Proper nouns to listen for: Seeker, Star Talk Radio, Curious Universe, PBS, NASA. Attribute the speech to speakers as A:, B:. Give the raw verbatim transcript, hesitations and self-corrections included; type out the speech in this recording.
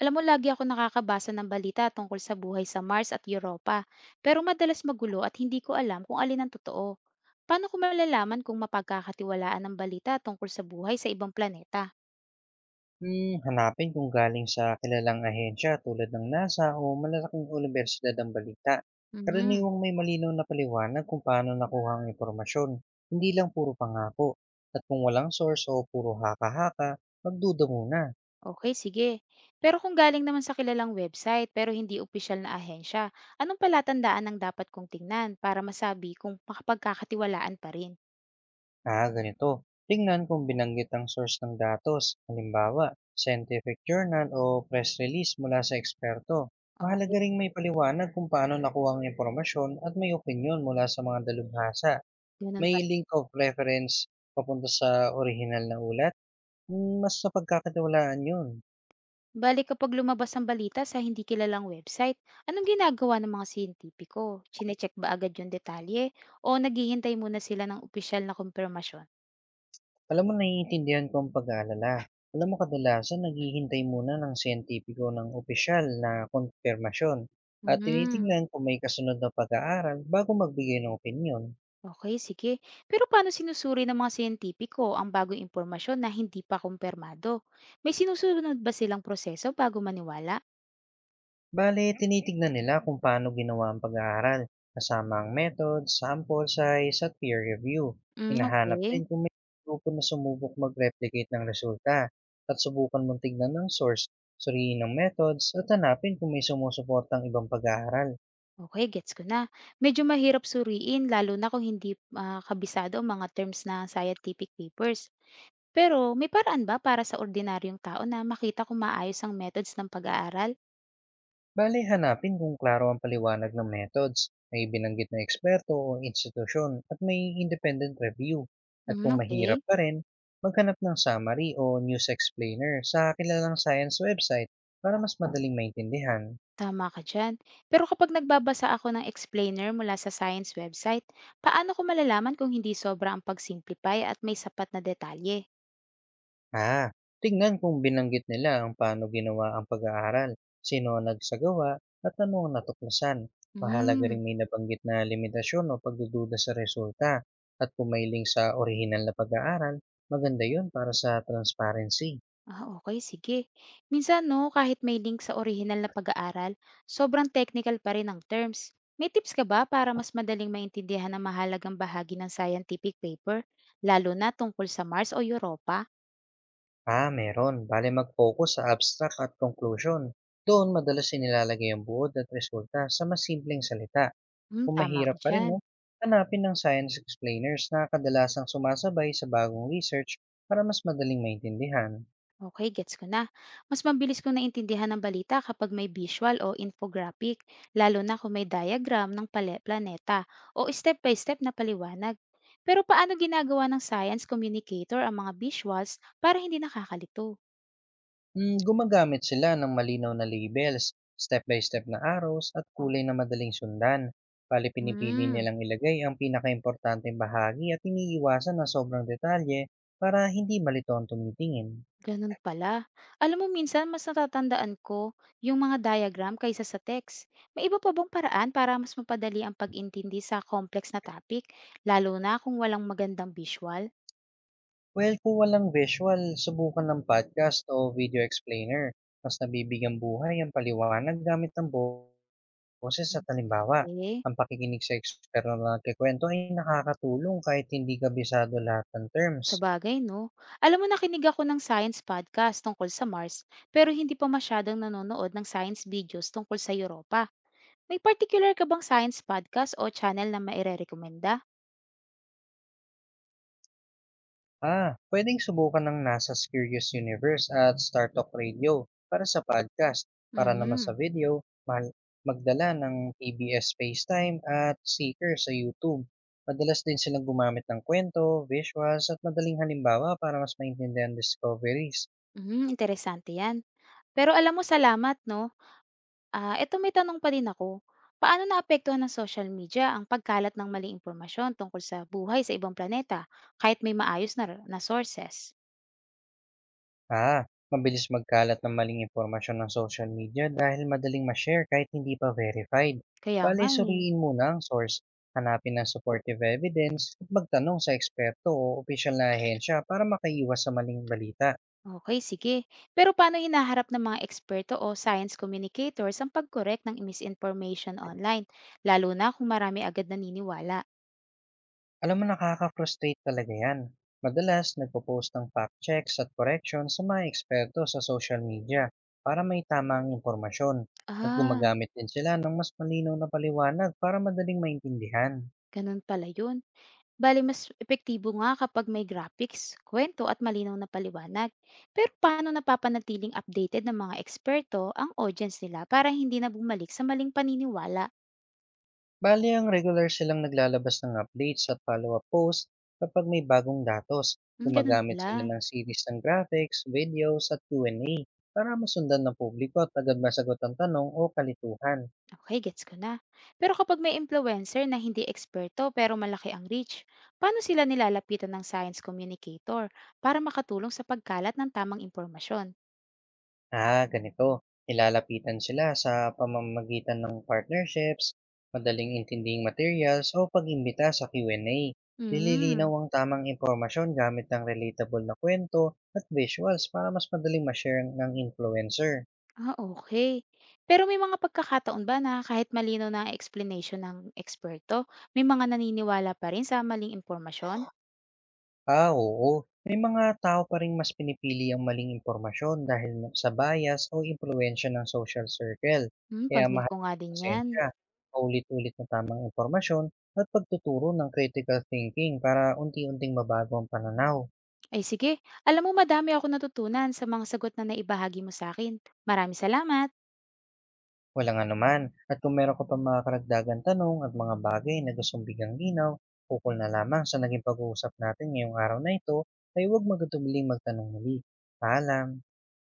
A: Alam mo, lagi ako nakakabasa ng balita tungkol sa buhay sa Mars at Europa, pero madalas magulo at hindi ko alam kung alin ang totoo. Paano ko malalaman kung mapagkakatiwalaan ang balita tungkol sa buhay sa ibang planeta?
B: Hmm, hanapin kung galing sa kilalang ahensya tulad ng NASA o malalaking unibersidad ang balita.
A: Mm.
B: Karaniwang may malinaw na paliwanag kung paano nakuha ang impormasyon, hindi lang puro pangako. At kung walang source o puro haka-haka, magduda muna.
A: Okay, sige. Pero kung galing naman sa kilalang website pero hindi opisyal na ahensya, anong palatandaan ang dapat kong tingnan para masabi kung makapagkakatiwalaan pa rin?
B: Ah, ganito. Tingnan kung binanggit ang source ng datos, halimbawa, scientific journal o press release mula sa eksperto.
A: Okay,
B: Mahalaga ring may paliwanag kung paano nakuha ang impormasyon at may opinyon mula sa mga dalubhasa.
A: ganun
B: May
A: pala.
B: link of reference papunta sa orihinal na ulat, mm, mas napagkakatiwalaan yun.
A: Bale kapag lumabas ang balita sa hindi kilalang website, anong ginagawa ng mga siyentipiko? Chinecheck ba agad yung detalye o naghihintay muna sila ng opisyal na kumpirmasyon?
B: Alam mo, naiintindihan ko ang pag-aalala. Alam mo, kadalasan naghihintay muna ng siyentipiko ng opisyal na kumpirmasyon at
A: Hmm,
B: tinitingnan kung may kasunod na pag-aaral bago magbigay ng opinyon.
A: okay, sige. Pero paano sinusuri ng mga siyentipiko ang bagong impormasyon na hindi pa kumpirmado? May sinusunod ba silang proseso bago maniwala?
B: Bale, tinitignan nila kung paano ginawa ang pag-aaral, kasama ang method, sample size, at peer review.
A: Hmm,
B: Hinahanap
A: okay.
B: din kung may grupo na sumubok mag-replicate ng resulta at subukan mong tignan ng source, suriin ng methods, at hanapin kung may sumusuportang ibang pag-aaral.
A: Okay, gets ko na. Medyo mahirap suriin lalo na kung hindi ah, kabisado ang mga terms na scientific papers. Pero may paraan ba para sa ordinaryong tao na makita kung maayos ang methods ng pag-aaral?
B: Bale, hanapin kung klaro ang paliwanag ng methods, may binanggit na eksperto o institusyon at may independent review. At
A: Hmm,
B: kung mahirap
A: okey,
B: pa rin, maghanap ng summary o news explainer sa kilalang science website para mas madaling maintindihan.
A: tama ka diyan. Pero kapag nagbabasa ako ng explainer mula sa science website, paano ko malalaman kung hindi sobra ang pag-simplify at may sapat na detalye?
B: Ah, Tingnan kung binanggit nila ang paano ginawa ang pag-aaral, sino ang nagsagawa, at ano ang natuklasan. Mahalaga
A: Hmm,
B: rin may nabanggit na limitasyon o pagdududa sa resulta. At kung may link sa orihinal na pag-aaral, maganda yun para sa transparency.
A: ah, okay sige. Minsan 'no, kahit may link sa orihinal na pag-aaral, sobrang technical pa rin ang terms. May tips ka ba para mas madaling maintindihan ang mahalagang bahagi ng scientific paper, lalo na tungkol sa Mars o Europa?
B: Ah, meron. Bale mag-focus sa abstract at conclusion. Doon madalas inilalagay ang buod at resulta sa mas simpleng salita.
A: Hmm,
B: Kung
A: tama ka
B: mahirap pa rin
A: diyan.
B: 'no, hanapin ng science explainers na kadalasang sumasabay sa bagong research para mas madaling maintindihan.
A: Okey, gets ko na. Mas mabilis kong naintindihan ng balita kapag may visual o infographic, lalo na kung may diagram ng pale planeta o step-by-step na paliwanag. Pero paano ginagawa ng science communicator ang mga visuals para hindi nakakalito?
B: Hmm, gumagamit sila ng malinaw na labels, step-by-step na arrows at kulay na madaling sundan. Bale pinipili
A: Hmm,
B: nilang ilagay ang pinakaimportanteng bahagi at iniiwasan na sobrang detalye para hindi malito ang tumitingin.
A: ganun pala. Alam mo minsan mas natatandaan ko yung mga diagram kaysa sa text. May iba pa bang paraan para mas mapadali ang pag-intindi sa complex na topic, lalo na kung walang magandang visual?
B: Well, kung walang visual, subukan ng podcast o video explainer. Mas nabibigyan buhay ang paliwanag gamit ng bo boses at halimbawa,
A: Eh,
B: ang pakikinig sa eksperto na nagkukuwento ay nakakatulong kahit hindi kabisado lahat ng terms.
A: sa bagay 'no. Alam mo nakinig ako ng science podcast tungkol sa Mars, pero hindi pa masyadong nanonood ng science videos tungkol sa Europa. May particular ka bang science podcast o channel na mairerekomenda?
B: Ah, pwedeng subukan ng NASA's Curious Universe at Star Talk Radio para sa podcast. Para naman
A: Hmm,
B: sa video, mahal- magdala ng P B S FaceTime at Seeker sa YouTube. Madalas din silang gumamit ng kwento, visuals at madaling halimbawa para mas maintindihan ang discoveries.
A: hmm, interesante 'yan. Pero alam mo salamat 'no. Ah, eto may tanong pa din ako. Paano naapektuhan ng social media ang pagkalat ng maling impormasyon tungkol sa buhay sa ibang planeta kahit may maayos na na sources?
B: Ah, mabilis magkalat ng maling impormasyon ng social media dahil madaling ma-share kahit hindi pa verified.
A: Kaya
B: Bale,
A: nga, eh.
B: suriin muna ang source, hanapin ng supportive evidence at magtanong sa eksperto o opisyal na ahensya para makaiwas sa maling balita.
A: Okay, sige. Pero paano hinaharap ng mga eksperto o science communicators ang pag-korek ng misinformation online, lalo na kung marami agad naniniwala?
B: Alam mo, nakaka-frustrate talaga yan. Madalas, nagpo-post ng fact checks at corrections sa mga eksperto sa social media para may tamang impormasyon at
A: Ah,
B: gumagamit din sila ng mas malinaw na paliwanag para madaling maintindihan.
A: ganun pala yun. Bale, mas epektibo nga kapag may graphics, kwento at malinaw na paliwanag. Pero paano napapanatiling updated ng mga eksperto ang audience nila para hindi na bumalik sa maling paniniwala?
B: Bali ang regular silang naglalabas ng updates at follow-up posts kapag may bagong datos.
A: Hmm, ganun
B: Gumagamit sila
A: pala.
B: ng series ng graphics, videos at Q and A para masundan ng publiko at agad masagot ang tanong o kalituhan.
A: Okay, gets ko na. Pero kapag may influencer na hindi eksperto pero malaki ang reach, paano sila nilalapitan ng science communicator para makatulong sa pagkalat ng tamang impormasyon?
B: Ah, ganito. Ilalapitan sila sa pamamagitan ng partnerships, madaling intinding materials o pag-imbita sa Q and A. Nililinaw
A: Hmm,
B: ang tamang impormasyon gamit ng relatable na kwento at visuals para mas madaling ma-share ng influencer.
A: ah okay. Pero may mga pagkakataon ba na kahit malino na ang explanation ng eksperto, may mga naniniwala pa rin sa maling impormasyon?
B: Ah, oo. May mga tao pa ring mas pinipili ang maling impormasyon dahil na- sa bias o impluwensya ng social circle.
A: Hmm,
B: Kaya
A: pansin ko
B: mahalaga
A: nga
B: ang
A: din yan.
B: pasensya, paulit-ulit na tamang impormasyon at pagtuturo ng critical thinking para unti-unting mabago ang pananaw.
A: Ay sige, alam mo madami ako natutunan sa mga sagot na naibahagi mo sa akin. Maraming salamat!
B: Walang anuman. At kung meron ka pa mga karagdagan tanong at mga bagay na gustong bigang ginaw, ukol na lamang sa naging pag-uusap natin ngayong araw na ito, ay huwag magatumiling magtanong muli. Paalam!